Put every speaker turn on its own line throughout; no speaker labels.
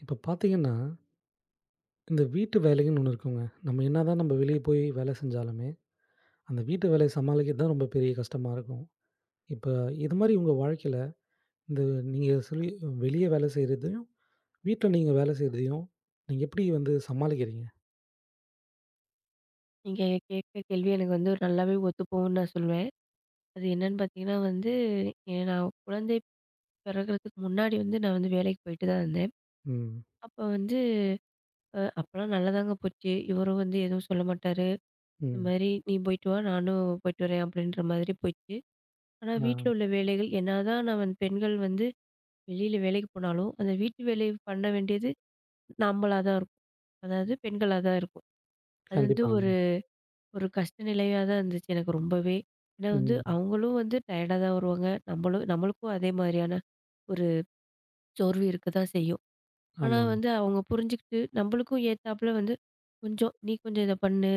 இப்போ பார்த்தீங்கன்னா, இந்த வீட்டு வேலைன்னு ஒண்ணு இருக்குங்க. நம்ம என்னதான் வெளிய போய் வேலை செஞ்சாலுமே, அந்த வீட்டு வேலைய சமாளிக்கிறது தான் ரொம்ப பெரிய கஷ்டமா இருக்கும். இப்ப இது மாரி உங்க வாழ்க்கையில, இந்த நீங்க சொல்லி வெளிய வேலை செய்றதையும், வீட்ல நீங்க வேலை செய்றதையும், நீங்க எப்படி வந்து சமாளிக்கிறீங்க?
நீங்க கேட்குற கேள்வி எனக்கு வந்து நல்லாவே ஒத்து போகும்ன்னு நான் சொல்வேன். அது என்னன்னு பார்த்தீங்கன்னா வந்து, நான் குழந்தை பிறகுறதுக்கு முன்னாடி வந்து நான் வந்து வேலைக்கு போயிட்டு தான் இருந்தேன்.
ம்,
அப்ப வந்து அப்பலாம் நல்லாதாங்க போச்சு. இவரும் வந்து எதுவும் சொல்ல மாட்டாரு. இந்த
ம்.
மாரி "நீ போயிட்டு வா, நானும் போயிட்டு வரேன்" அப்படின்ற மாதிரி போச்சு. ஆனா
ஆ,
வீட்ல உள்ள வேலைகள் என்னதான் நான் வந்து பெண்கள் வந்து வெளியில வேலைக்கு போனாலும், அந்த வீட்டு வேலை பண்ண வேண்டியது நம்மளா தான் இருக்கும். அதாவது பெண்களா தான் இருக்கும். அது வந்து
கண்டிப்பாங்க.
ஒரு ஒரு கஷ்ட நிலையா தான் இருந்துச்சு எனக்கு ரொம்பவே. ஏன்னா வந்து
ம்.
அவங்களும் வந்து டயர்டா தான் வருவாங்க. நம்மளுக்கும் அதே மாதிரியான ஒரு சோர்வு இருக்க தான் செய்யும். ஆனா
ஆமாங்க.
வந்து அவங்க புரிஞ்சுக்கிட்டு நம்மளுக்கும் ஏத்தாப்புல வந்து கொஞ்சம் "நீ கொஞ்சம் இத பண்ணு.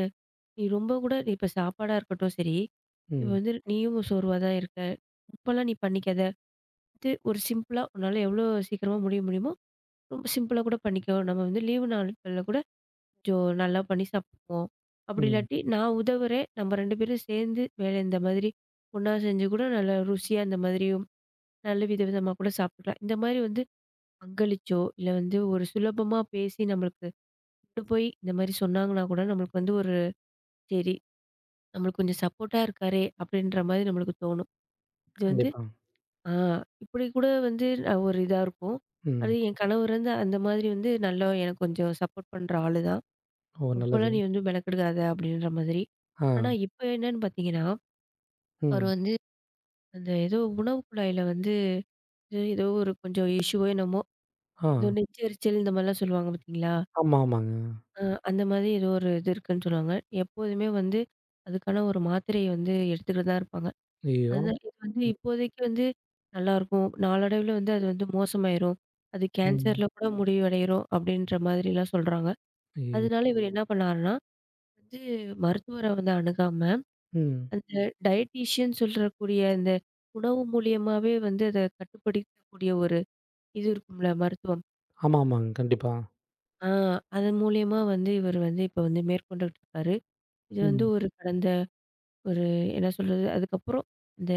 நீ ரொம்ப கூட இப்ப சாப்பாடா இருக்கட்டும் சரி, இப்ப
ம்,
வந்து நீயும் சோர்வா தான் இருக்க. இப்பலாம் நீ பண்ணிக்காத. இது ஒரு சிம்பிளா உன்னால எவ்வளோ சீக்கிரமா முடிய முடியுமோ, ரொம்ப சிம்பிளா கூட பண்ணிக்கோ. நம்ம வந்து லீவு நாட்கள்ல கூட கொஞ்சம் நல்லா பண்ணி சாப்பிடுவோம். அப்படி
ம்.
இல்லாட்டி நான் உதவுறேன். நம்ம 2 பேரும் சேர்ந்து வேலை இந்த மாதிரி ஒண்ணா செஞ்சு கூட நல்லா ருசியா இந்த மாதிரியும் நல்ல விதவிதமா கூட சாப்பிட்டுக்கலாம். இந்த மாதிரி வந்து பங்களிச்சோ, இல்ல வந்து ஒரு சுலபமா பேசி நம்மளுக்கு கொண்டு போய் இந்த மாதிரி சொன்னாங்கன்னா கூட நம்மளுக்கு வந்து ஒரு சரி நம்மளுக்கு கொஞ்சம் சப்போர்ட்டா இருக்காரே அப்படின்ற மாதிரி நம்மளுக்கு தோணும். இது வந்து
கண்டிப்பா.
ஆ இப்படி கூட வந்து நான் ஒரு இதா இருக்கும். அது
ம்.
என் கணவர் வந்து அந்த மாதிரி வந்து நல்லா எனக்கு கொஞ்சம் சப்போர்ட் பண்ற ஆளு தான்.
ஓ! நல்லது.
ரொம்பலாம் நீ வந்து மெனக்கெடுக்காத அப்படின்ற மாதிரி.
ஆ,
ஆனா, இப்ப என்னன்னு பார்த்தீங்கன்னா, அவர்
ம்.
வந்து அந்த ஏதோ உணவு குழாயில வந்து ஏதோ ஒரு கொஞ்சம் இஷ்யூவோ என்னமோ,
ஆ.
ஏதோ நெஞ்செரிச்சல் இந்த மாதிரிலாம் சொல்லுவாங்க பார்த்தீங்களா?
ஆமா, ஆமாங்க.
அ அந்த மாதிரி ஏதோ ஒரு இது இருக்குன்னு சொல்லுவாங்க. எப்போதுமே வந்து அதுக்கான ஒரு மாத்திரைய வந்து எடுத்துக்கிட்டு தான் இருப்பாங்க.
ஐயய்யோ!
அதுதான் இது வந்து இப்போதைக்கு வந்து நல்லாருக்கும். நாளடைவில வந்து அது வந்து மோசமாயிரும். அது
ம்.
கேன்சர்ல கூட முடிவடைரும் அப்படின்ற மாதிரிலாம் சொல்றாங்க.
ஐயய்யோ!
அதனால இவர் என்ன பண்ணாருன்னா, வந்து மருத்துவர வந்து அணுகாம
ம்.
அந்த டயட்டீஷியன் சொல்லக்கூடிய அந்த உணவு மூலியமாவே வந்து அத கட்டுப்படுத்தக்கூடிய ஒரு இது இருக்கும்ல மருத்துவம்.
ஆமா, ஆமாங்க. கண்டிப்பா.
ஆ அது மூலியமா வந்து இவர் வந்து இப்ப வந்து மேற்கொண்டுட்டு இருக்காரு. இது வந்து
ம்.
ஒரு கடந்த ஒரு என்ன சொல்றது? அதுக்கப்புறம் இந்த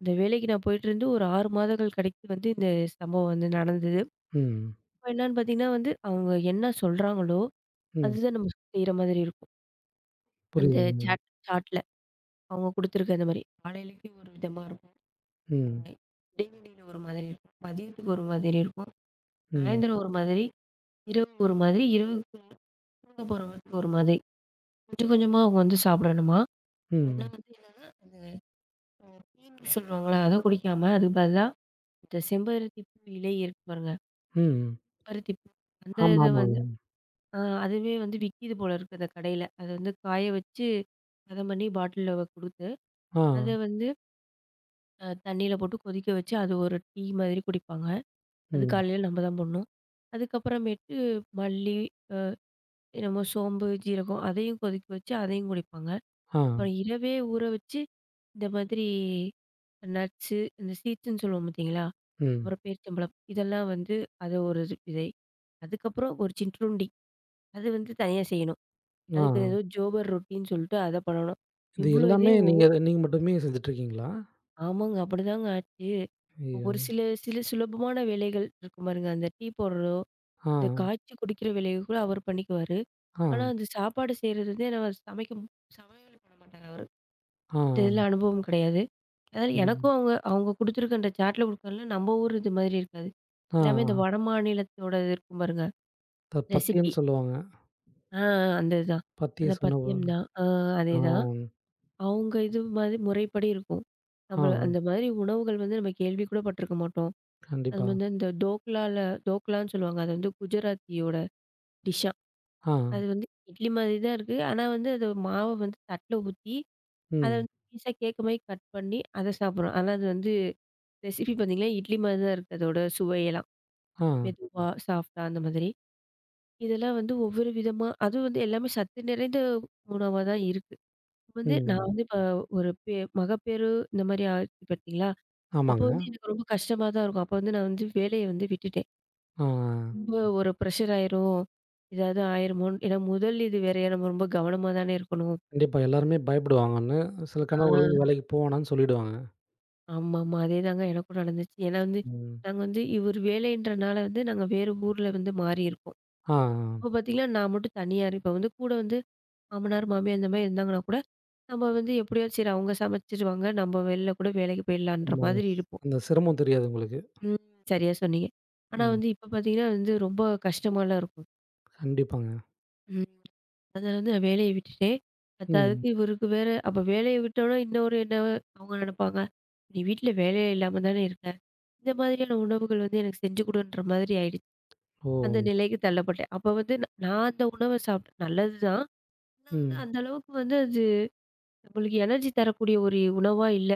இந்த வேலைக்கு நான் போயிட்டுருந்து ஒரு 6 மாதங்கள் கழித்து வந்து இந்த சம்பவம் வந்து நடந்தது.
ம்.
இப்ப என்னன்னு பார்த்தீங்கன்னா வந்து, அவங்க என்ன சொல்றாங்களோ,
ம்.
அதுதான் நம்ம செய்ற மாதிரி இருக்கும். அந்த
புரியுதுங்க.
சாட்ல அவங்க குடுத்துருக்க அந்த மாரி. காலையிலக்கு ஒரு விதமா இருக்கும். அ
ம்.
இடைவெளியில ஒரு மாதிரி இருக்கும். மதியத்துக்கு ஒரு மாதிரி இருக்கும்.
ம்.
சாயந்தரம் ஒரு மாதிரி, இரவு ஒரு மாதிரி, இரவு தூங்க போறவங்களுக்கு ஒரு மாதிரி. கொஞ்சம் கொஞ்சமா அவங்க வந்து சாப்பிடணுமா. ஆனா
ம்.
வந்து என்னன்னா, அந்த அ டீன்னு சொல்லுவாங்கல்ல, அத குடிக்காம அதுக்கு பதிலா இந்த செம்பருத்தி பூ இலை இருக்கு பாருங்க.
ம்.
பருத்தி பூ. அந்த
ஆமா,
இத
ஆமாங்க.
வந்து ஆ அதுவே வந்து விக்கிது போல இருக்கு அந்த கடையில. அத வந்து காய வச்சு, பதம் பண்ணி பாட்டில்ல குடுத்து,
ஆ.
அத வந்து தண்ணீல போட்டு கொதிக்க வச்சு, அது ஒரு டீ மாதிரி குடிப்பாங்க. அது
ம்.
காலையில நம்ம தான் போடணும். அதுக்கப்புறமேட்டு மல்லி, நம்ம சோம்பு, ஜீரகம் அதையும் கொதிக்க வச்சு அதையும் குடிப்பாங்க.
ஆ.
அப்புறம் இரவே ஊற வச்சு இந்த மாதிரி நட்ஸு, இந்த சீட்ஸ்ன்னு சொல்லுவோம் பார்த்தீங்களா?
ம்.
அப்புறம் பேரிச்சம்பழம் இதெல்லாம் வந்து அது ஒரு இது விதை. அதுக்கப்புறம் ஒரு சிற்றுருண்டி அது வந்து தனியா செய்யணும்.
ஆ.
அதுக்கு ஏதோ ஜோபர் ரொட்டின்னு சொல்லிட்டு அத பண்ணணும்.
இது
இவ்வளோ
எல்லாமே
இதையும்
நீங்க நீங்க மட்டுமே செஞ்சுட்டுருக்கீங்களா?
ஆமாங்க அப்படிதாங்க ஆச்சு.
ஐயோ!
ஒரு சில சில சுலபமான வேலைகள் இருக்கும் பாருங்க. அந்த டீ போடுறதோ,
ஆ.
இந்த காய்ச்சி குடிக்கிற வேலைய கூட அவர் பண்ணிக்குவாரு.
ஆ.
ஆனா, அந்த சாப்பாடு செய்றது வந்து நான் சமைக்க சமையல் பண்ண மாட்டாரு அவரு.
ஆ.
இதுல அனுபவம் கிடையாது. அதனால
ம்.
எனக்கும் அவங்க அவங்க குடுத்துருக்க அந்த சார்ட்ல குடுக்கறல நம்ம ஊர் இது மாதிரி இருக்காது.
ஆ.
எல்லாமே இந்த வடமாநிலத்தோட இது இருக்கும் பாருங்க,
த
ரெசிபி.
பத்தியம்ன்னு சொல்லுவாங்க.
ஆ அந்த இதுதான். அந்த
பத்திஸ் உணவு.
பத்தியம் தான். ஆ
ஆ.
அதேதான். அவங்க இது மாதிரி முறைப்படி இருக்கும்.
ஆ.
நம்ம அந்த மாதிரி உணவுகள் வந்து நம்ம கேள்வி கூட பட்டுருக்க மாட்டோம். அது
கண்டிப்பா.
வந்து இந்த தோக்லான்னு சொல்லுவாங்க. அது வந்து குஜராத்தியோட டிஷ்ஷாம்.
ஆ.
அது வந்து இட்லி மாதிரி தான் இருக்கு. ஆனா வந்து அது மாவ வந்து தட்ல ஊத்தி அத
ம்.
வந்து பீஸா கேட்குமாரி கட் பண்ணி, அத சாப்பிடுறோம். ஆனா அது வந்து ரெசிபி பார்த்தீங்கன்னா, இட்லி மாரி தான் இருக்கு அதோட சுவையெல்லாம்.
ஆ.
மெதுவா, சாஃப்ட்டா அந்த மாதிரி. இதெல்லாம் வந்து ஒவ்வொரு விதமா அதுவும் வந்து எல்லாமே சத்து நிறைந்த உணவா தான் இருக்கு. வந்து நான்
ம்.
வந்து இப்ப ஒரு பெ மகப்பேறு இந்தமாரி ஆச்சு பார்த்தீங்களா! அப்போ
ஆமாங்க.
வந்து எனக்கு ரொம்ப கஷ்டமா தான் இருக்கும். அப்போ வந்து நான் வந்து வேலைய வந்து விட்டுட்டேன்.
ஆ.
ரொம்ப ஒரு ப்ரெஷர் ஆயிரும். ஏதாவது ஆயிருமோன்னு ஏன்னா முதல் இது வேறயா நம்ம ரொம்ப கவனமா தானே இருக்கணும்.
கண்டிப்பா எல்லாருமே பயப்படுவாங்கன்னு. சில
ஆ.
கணவர்கள் வேலைக்கு போவேணான்னு சொல்லிடுவாங்க.
ஆமாமா. அதேதாங்க எனக்கும் நடந்துச்சு. ஏன்னா வந்து,
ம்.
நாங்க வந்து இவரு வேலைன்றனால வந்து நாங்க வேறு ஊர்ல வந்து மாறியிருக்கோம்.
ஆ,
அப்ப பார்த்தீங்கன்னா, நான் மட்டும் தனியா இப்ப வந்து கூட வந்து மாமனார், மாமியார் இந்த மாரி இருந்தாங்கன்னா கூட, நம்ம வந்து எப்படியோ சரி அவங்க சமைச்சுருவாங்க. நம்ம வெளில கூட வேலைக்கு போயிடலான்ற
ஆமாங்க.
மாதிரி இருப்போம்.
அந்த சிரமம் தெரியாது உங்களுக்கு.
ம். சரியா சொன்னீங்க. ஆனா
ம்.
வந்து இப்ப பார்த்தீங்கன்னா வந்து ரொம்ப கஷ்டமாலாம் இருக்கும்.
கண்டிப்பாங்க.
ம். அத வந்து நான் வேலைய விட்டுட்டேன்.
ம்.
பத்தாததுக்கு இவருக்கு வேற அப்ப வேலைய விட்டோம்னா இன்னொரு என்ன அவங்க நினைப்பாங்க. "நீ வீட்ல வேலையே இல்லாம தானே இருக்க. இந்த மாதிரியான உணவுகள் வந்து எனக்கு செஞ்சு குடுன்ற" மாதிரி ஆயிடுச்சு.
ஓ!
அந்த நிலைக்கு தள்ளப்பட்டேன். அப்ப வந்து நான் அந்த உணவ சாப்பிட்டேன். நல்லது தான். ஆனா வந்து
ம்.
அந்த அளவுக்கு வந்து அது நம்மளுக்கு எனர்ஜி தரக்கூடிய ஒரு உணவா இல்ல.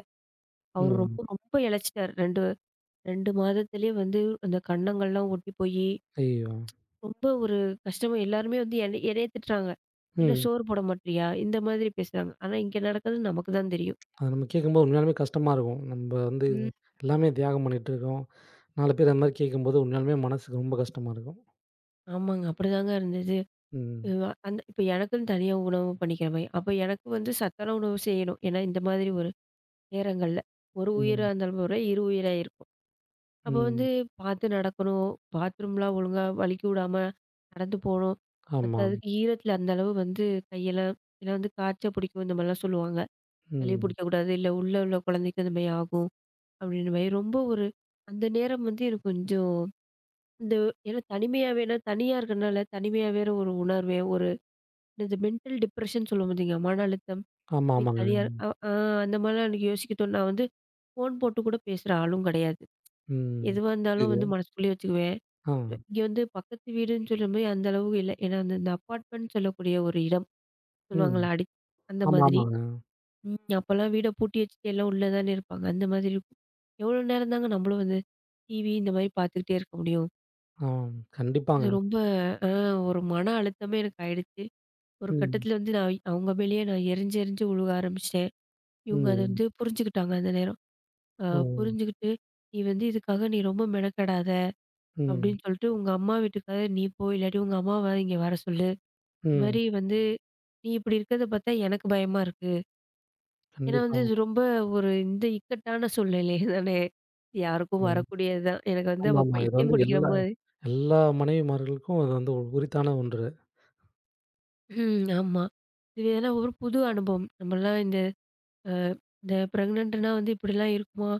அவரு
ம்.
ரொம்ப ரொம்ப இளைச்சிட்டாரு. 2 மாதத்திலேயே வந்து அந்த கன்னங்கள்லாம் ஒட்டி போயி
ஐயய்யோ!
ரொம்ப ஒரு கஷ்டமா எல்லாருமே வந்து என்னைய திட்டுறாங்க. "என்ன
ம்.
சோறு போட மாட்றியா?" இந்த மாதிரி பேசுறாங்க. ஆனா இங்க நடக்கிறது நமக்கு தான் தெரியும்.
அது நம்ம கேட்கும்போது உண்மையாலுமே கஷ்டமா இருக்கும். நம்ப வந்து
ம்.
எல்லாமே தியாகம் பண்ணிட்டுருக்கோம். 4 பேர் அந்த மாரி கேட்கும்போது உண்மையாலுமே மனசுக்கு ரொம்ப கஷ்டமா இருக்கும்.
ஆமாங்க. அப்படிதாங்க இருந்தது.
ம்.
அந்த இப்ப எனக்குன்னு தனியா உணவு பண்ணிக்கிற மாரி. அப்ப எனக்கு வந்து சத்தான உணவு செய்யணும். ஏன்னா இந்த மாதிரி ஒரு நேரங்கள்ல. ஒரு உயிரா
ம்.
இருந்தாலும் பரவால்ல, இரு உயிரா இருக்கும். அப்ப வந்து
ம்.
பார்த்து நடக்கணும். பாத்ரூம்லாம் ஒழுங்கா வழுக்கி விடாம நடந்து போணும்.
ஆமா.
பத்தாததுக்கு ஈரத்துல அந்த அளவு வந்து கையெல்லாம் இல்ல வந்து காய்ச்ச புடிக்கும் இந்த மாரிலாம் சொல்லுவாங்க. சளி
ம்.
பிடிக்கக்கூடாது. இல்ல உள்ள உள்ள குழந்தைக்கு அந்த மாரி ஆகும். அப்படின்ற மாரி ரொம்ப ஒரு அந்த நேரம் வந்து எனக்கு கொஞ்சம் இந்த ஏன்னா தனிமையாவே ஏன்னா தனியா இருக்கறனால தனிமையா வேற ஒரு உணர்வே, ஒரு இந்த மென்டல் டிப்ரஷன் சொல்லுவோம் பார்த்தீங்க, மன அழுத்தம்.
ஆமா,
போய்
ஆமாங்க.
தனியா அ ஆ அந்த மாரிலாம் எனக்கு யோசிக்க தோணும். நான் வந்து ஃபோன் போட்டு கூட பேசுற ஆளும் கிடையாது.
ம்.
எதுவா இருந்தாலும் வந்து
புரியுது.
மனசுக்குள்ளேயே வச்சுக்குவேன்.
ஆ.
இங்க வந்து பக்கத்து வீடுன்னு சொல்லும்போது அந்த அளவுக்கு இல்ல. ஏன்னா அந்த இந்த அபார்ட்மெண்ட் சொல்லக்கூடிய ஒரு இடம்
ம்.
சொல்லுவாங்கல்ல, அடி அந்த
ஆமா,
மாதிரி.
ஆமாங்க.
ம். அப்போலாம் வீட பூட்டி வச்சுட்டு எல்லாம் உள்ள தானே இருப்பாங்க. அந்த மாதிரி இருக்கும். எவ்வளோ நேரம் தாங்க நம்மளும் வந்து டிவி இந்த மாதிரி பார்த்துக்கிட்டே இருக்க முடியும்?
ஆ. கண்டிப்பாங்க.
அது ரொம்ப அ ஒரு மன அழுத்தமே எனக்கு ஆயிடுச்சு. ஒரு
ம்.
கட்டத்தில வந்து நான் அவங்க மேலேயே நான் எரிஞ்சு எரிஞ்சு விழுக ஆரம்பிச்சுட்டேன். இவங்க அத
ம்.
வந்து புரிஞ்சுக்கிட்டாங்க அந்த நேரம். அ
ஓ!
புரிஞ்சுகிட்டு, "நீ வந்து இதுக்காக நீ ரொம்ப மெனக்கெடாத"
ம்.
அப்படின்னு சொல்லிட்டு, "உங்க அம்மா வீட்டுக்காக நீ போ. இல்லாட்டி உங்க அம்மாவ இங்க வர சொல்லு. இந்த
ம்.
மாரி வந்து நீ இப்படி இருக்கிறத பார்த்தா எனக்கு பயமா இருக்கு." ஏன்னா வந்து
கண்டிப்பா.
இது ரொம்ப ஒரு இந்த இக்கட்டான சூழ்நிலை தானே! யாருக்கும்
ம்.
வரக்கூடியது தான். எனக்கு வந்து அப்ப
ஆமாமா. இது
பைத்தியம்
வந்து
பிடிக்கிற
எல்லா
மாரி
எல்லா மனைவிமார்களுக்கும் அது வந்து உரித்தான ஒன்று.
ம் ஆமா. இது ஏன்னா ஒரு புது அனுபவம். நம்மலாம் இந்த அ இந்த பிரெக்னன்ட்னா வந்து இப்படிலாம் இருக்குமா?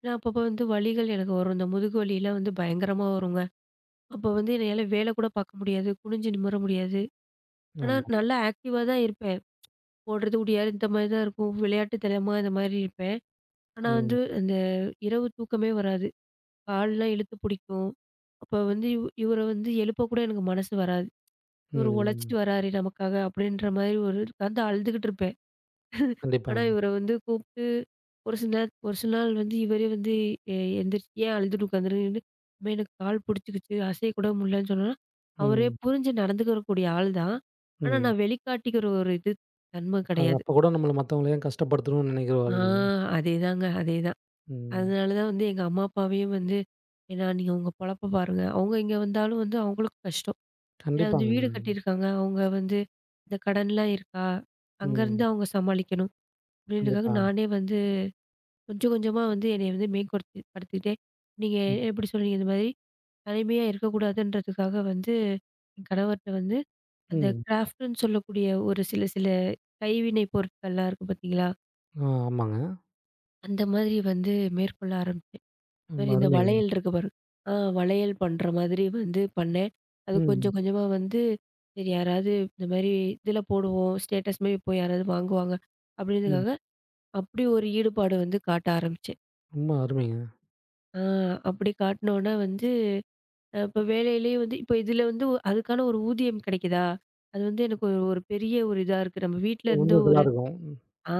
ஏன்னா அப்பப்போ வந்து வலிகள் எனக்கு வரும். இந்த முதுகு வலிலாம் வந்து பயங்கரமா வருங்க. அப்போ வந்து என்னால வேல கூட பார்க்க முடியாது. குனிஞ்சு நிமிர முடியாது. ஆனா
ஆமா.
நல்லா ஆக்டிவா தான் இருப்பேன். ஓடுறது, ஓடியாரு இந்த மாரி தான் இருக்கும். விளையாட்டு தனமா இந்த மாரி இருப்பேன். ஆனா
ம்.
வந்து அந்த இரவு தூக்கமே வராது. கால்லாம் இழுத்து பிடிக்கும். அப்போ வந்து இவர வந்து எழுப்ப கூட எனக்கு மனசு வராது. இவரு உழைச்சிட்டு
ம்.
வராரே நமக்காக அப்படின்ற மாரி ஒரு உட்காந்து அழுதுகிட்டு இருப்பேன். ஆனா
கண்டிப்பாங்க.
இவர வந்து கூப்ட்டு ஒரு சில நேர ஒரு சில நாள் வந்து இவரே வந்து எந்திரிச்சு ஏன் அழுதுட்டு உட்காந்துருக்கன்னு, "அம்மா எனக்கு கால் புடிச்சுக்கிச்சு, அசையக்கூட முடியலன்னு" சொன்னோன, அவரே
ம்.
புரிஞ்சு நடந்துக்கக்கூடிய ஆள் தான். ஆனா
ம்.
நான் வெளிக்காட்டிக்கிற ஒரு இது தன்மை
அது
கிடையாது.
அப்ப கூட நம்மள மத்தவங்கள ஏன் கஷ்டப்படுத்தணும்னு
ஆ
நினைக்கிறவாள் நீங்க.
அதேதாங்க, அதேதான்.
ம்.
அதனால தான் வந்து எங்க அம்மா, அப்பாவையும் வந்து ஏன்னா நீங்க உங்க பொழப்ப பாருங்க. அவங்க இங்க வந்தாலும் வந்து அவங்களுக்கும் கஷ்டம். ஏன்னா வந்து
கண்டிப்பாங்க.
வீடு கட்டியிருக்காங்க. அவங்க வந்து இந்த கடன்லாம் இருக்கா? அங்கருந்து
ம்.
அவங்க சமாளிக்கணும். அப்படின்றதுக்காக
கண்டிப்பா.
நானே வந்து கொஞ்சம் கொஞ்சமா வந்து என்னைய வந்து மேம்படுத்தி படுத்திக்கிட்டே நீங்க
ம்.
எப்படி சொல்றீங்க இந்த மாதிரி தனிமையா இருக்கக்கூடாதுன்றதுக்காக வந்து என் கணவர்ட்ட வந்து அந்த
ம்.
கிராஃப்ட்ன்னு சொல்லக்கூடிய ஒரு சில சில கைவினை பொருட்கள்லாம் இருக்கு பார்த்தீங்களா?
ஆ ஆமாங்க.
அந்த மாதிரி வந்து மேற்கொள்ள ஆரம்பிச்சேன்.
ரொம்ப
மாரி இந்த
அருமைங்க.
வளையல் இருக்கு பாரு. ஆ வளையல் பண்ற மாதிரி வந்து பண்ணேன். அது
ம்.
கொஞ்சம் கொஞ்சமா வந்து சரி யாராவது இந்த மாரி இதில போடுவோம், ஸ்டேட்டஸ் மாரி போய் யாராவது வாங்குவாங்க
ம்.
அப்படின்றதுக்காக, அப்படி ஒரு ஈடுபாடு வந்து காட்ட ஆரம்பிச்சேன்.
ரொம்ப அருமைங்க.
ஆ அப்படி காட்டுனோன்னா வந்து இப்போ வேலையிலேயே வந்து இப்போ இதில வந்து ஒ- அதுக்கான ஒரு ஊதியம் கிடைக்குதா? அது வந்து எனக்கு ஒரு ஒரு பெரிய ஒரு இதா இருக்கு. நம்ம வீட்ல இருந்து ஒரு
உந்துதலா இருக்கும்.
ஆ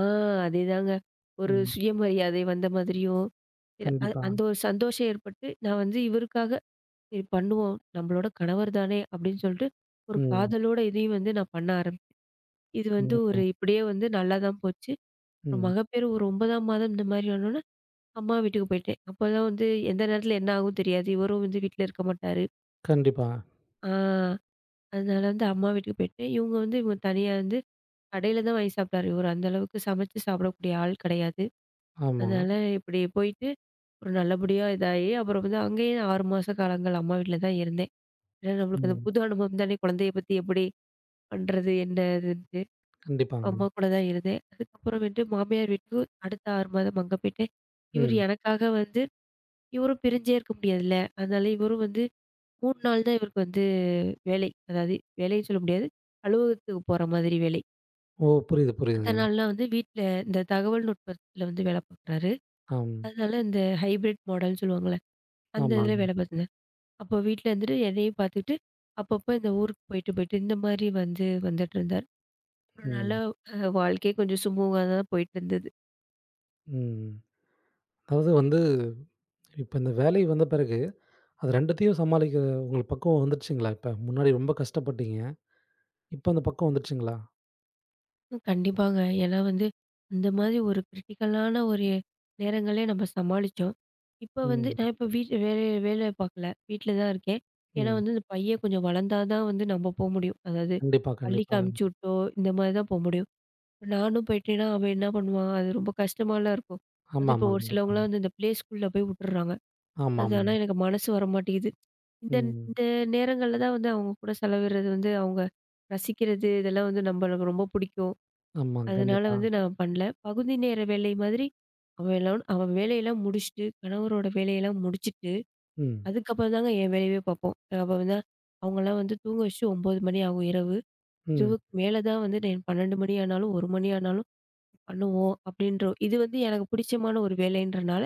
அதேதாங்க. ஒரு
ம்.
சுயமரியாதை வந்த மாதிரியும், இது
கண்டிப்பா.
அந்த ஒரு சந்தோஷம் ஏற்பட்டு நான் வந்து இவருக்காக சரி பண்ணுவோம். நம்மளோட கணவர் தானே அப்படின்னு சொல்லிட்டு, ஒரு
ம்.
காதலோட இதையும் வந்து நான் பண்ண ஆரம்பிச்சேன். இது வந்து ஒரு
கண்டிப்பா.
இப்படியே வந்து நல்லா தான் போச்சு. ஒரு
ம்.
மகப்பேறு ஒரு 9ஆம் மாதம் இந்த மாதிரி ஆனோனே, அம்மா வீட்டுக்கு போயிட்டேன். அப்போதான் வந்து எந்த நேரத்தில என்ன ஆகும் தெரியாது. இவரும் வந்து வீட்ல இருக்க மாட்டாரு.
கண்டிப்பா.
ஆ அதனால வந்து அம்மா வீட்டுக்கு போயிட்டேன். இவங்க தனியா வந்து கடையில தான் வாங்கி சாப்பிட்டாரு. இவரு அந்த அளவுக்கு சமைச்சு சாப்பிடக்கூடிய ஆள் கிடையாது.
ஆமா.
அதனால இப்படி போயிட்டு ஒரு நல்லபடியா இதாகி, அப்புறம் வந்து அங்கேயே 6 மாச காலங்கள் அம்மா வீட்ல தான் இருந்தேன். ஏன்னா நம்மளுக்கு அந்த
ம்.
புது அனுபவம் தானே குழந்தைய பத்தி எப்படி பண்றது என்ன ஏதுன்ட்டு,
கண்டிப்பாங்க.
அம்மா கூட தான் இருந்தேன். அதுக்கப்புறமேட்டு மாமியார் வீட்டுக்கு அடுத்த 6 மாதம் அங்க போயிட்டேன். இவரு
ம்.
எனக்காக வந்து இவரும் பிரிஞ்சே இருக்க முடியாதுல்ல. அதனால இவரும் வந்து 3 நாள் தான் இவருக்கு வந்து வேலை. அதாவது வேலைன்னு சொல்ல முடியாது. அலுவலகத்துக்கு போற மாதிரி வேலை.
ஓ! புரியுது,
மத்த
புரியுதுங்க.
நாள்லாம் வந்து வீட்ல இந்த தகவல் நுட்பத்துல வந்து வேலை பார்க்குறாரு.
ஆம்.
அதனால இந்த ஹைபிரிட் மாடல்ன்னு சொல்லுவாங்கல்ல, அந்த இதுல
ஆமாங்க.
வேலை பார்த்துருந்தேன். அப்போ வீட்ல இருந்துட்டு என்னையும் பார்த்துக்கிட்டு, அப்பப்போ இந்த ஊருக்கு போயிட்டு, இந்த மாதிரி வந்து வந்துட்டுருந்தாரு. ஒரு நல்ல
ம்.
வாழ்க்கையே கொஞ்சம் சுமூகமா தான் போயிட்டு இருந்தது.
ம். அதாவது வந்து இப்ப இந்த வேலை வந்த பிறகு, அது 2த்தையும் சமாளிக்க உங்களுக்கு பக்குவம் வந்துருச்சுங்களா இப்ப? முன்னாடி ரொம்ப கஷ்டப்பட்டீங்க. இப்ப அந்த பக்குவம் வந்துருச்சுங்களா?
உம் கண்டிப்பாங்க. ஏன்னா வந்து, அந்த மாதிரி ஒரு கிரிட்டிக்கலான ஒரு நேரங்களே நம்ம சமாளிச்சோம். இப்ப வந்து
ம்.
நான் இப்ப வீட்ல வேலை வேலை பார்க்கல. வீட்ல தான் இருக்கேன். ஏன்னா
ம்.
வந்து இந்த பையன் கொஞ்சம் வளர்ந்தா தான் வந்து நம்ம போ முடியும். அதாவது
கண்டிப்பா,
பள்ளிக்கு அனுப்பிச்சு
கண்டிப்பாங்க.
விட்டோ, இந்த மாதிரி தான் போ முடியும். இப்ப நானும் போயிட்டேன்னா, அவன் என்ன பண்ணுவான்? அது ரொம்ப கஷ்டமாலாம் இருக்கும். அது இப்போ
ஆமாமா.
ஒரு சிலவங்கலாம்
கண்டிப்பாங்க.
வந்து இந்த ப்ளே ஸ்கூல்ல போய் விட்டுர்றாங்க. அது ஆனா
ஆமாமாங்க.
எனக்கு மனசு வரமாட்டேங்குது. இந்த
ம்.
இந்த நேரங்கள்ல தான் வந்து அவங்க கூட செலவிடுறது வந்து அவங்க ரசிக்கிறது, இதெல்லாம் வந்து நம்மளுக்கு ரொம்ப பிடிக்கும்.
ஆமாங்க.
அதனால
கண்டிப்பா.
வந்து நான் பண்ணல. பகுதி நேர வேலை மாதிரி அவன் வேலையெல்லாம் முடிச்சுட்டு, கணவரோட வேலையெல்லாம் முடிச்சுட்டு,
ம்.
அதுக்கப்புறம் தாங்க என் வேலையவே பார்ப்போம். அப்ப வந்து அவங்கலாம் வந்து தூங்க வச்சுட்டு 9 மணி ஆகும் இரவு.
ம்.
இரவுக்கு மேல தான் வந்து நான் 12 மணி ஆனாலும், 1 மணி ஆனாலும் பண்ணுவோம் அப்படின்ற இது வந்து எனக்கு பிடிச்சமான ஒரு வேலைன்றனால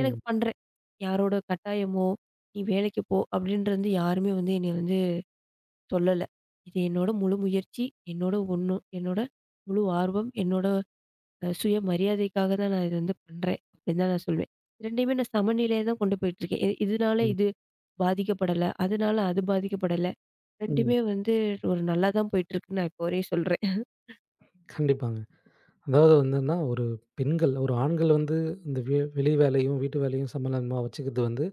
எனக்கு பண்றேன். யாரோட கட்டாயமோ, "நீ வேலைக்கு போ" அப்படின்றது யாருமே வந்து என்னைய வந்து சொல்லல. இது என்னோட முழு முயற்சி, என்னோட ஒண்ணு என்னோட முழு ஆர்வம், என்னோட சுய மரியாதைக்காக தான் நான் இது வந்து பண்றேன். அப்படின்னு தான் நான் சொல்வேன். 2யுமே நான் சமநிலையில தான் கொண்டு போயிட்டுருக்கேன். இதனால
ம்.
இது பாதிக்கப்படல. அதனால அது பாதிக்கப்படல.
ம்.
2மே வந்து ஒரு நல்லா தான் போயிட்டுருக்குன்னு நான் இப்போ வரையும் சொல்றேன்.
கண்டிப்பாங்க. அதாவது வந்து என்னன்னா, ஒரு பெண்கள், ஒரு ஆண்கள் வந்து இந்த வெளி வேலையும், வீட்டு வேலையும் சமநிலைமா வச்சுக்கிறது வந்து,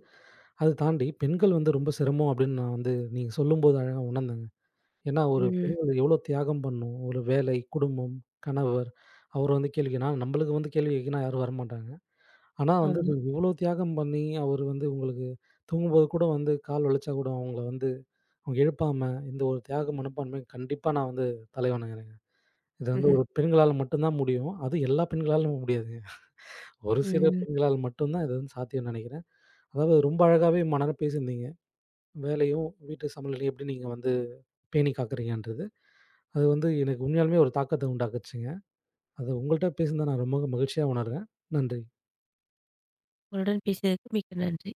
அது தாண்டி பெண்கள் வந்து ரொம்ப சிரமம் அப்படின்னு நான் வந்து நீங்க சொல்லும்போது அழகா உணர்ந்தேங்க. ஏன்னா, ஒரு
ம்.
பெண்கள் எவ்வளோ தியாகம் பண்ணும். ஒரு வேலை, குடும்பம், கணவர் அவர் வந்து கேள்வி கேட்கணும். ஆனா, நம்மளுக்கு வந்து கேள்வி கேட்கனா யாரும் வரமாட்டாங்க. ஆனா, வந்து
ஆமா.
நீங்க இவ்வளோ தியாகம் பண்ணி, அவரு வந்து உங்களுக்கு தூங்கும்போது கூட வந்து கால் வலிச்சா கூட அவங்கள வந்து அவங்க எழுப்பாம, இந்த ஒரு தியாக மனப்பான்மை கண்டிப்பா நான் வந்து தலை வணங்குறேங்க. இது வந்து
ம்ஹ்ம்.
ஒரு பெண்களால மட்டும் தான் முடியும். அதுவும் எல்லா பெண்களாலும் முடியாதுங்க. ஒரு சில
ம்.
பெண்களால் மட்டும் தான் இது வந்து சாத்தியம்னு நெனைக்கிறேன். அதாவது ரொம்ப அழகாவே மனர பேசியிருந்தீங்க. வேலையும், வீட்டு சமையலையும் எப்படி நீங்க வந்து பேணி காக்கிறீங்கன்றது. அது வந்து எனக்கு உண்மையாலுமே ஒரு தாக்கத்த உண்டாக்குச்சுங்க. அது உங்கள்ட்ட பேசினத நான் ரொம்ப மகிழ்ச்சியா உணர்றேன். நன்றி.
உங்களுடன் பேசியதற்கு மிக்க நன்றி.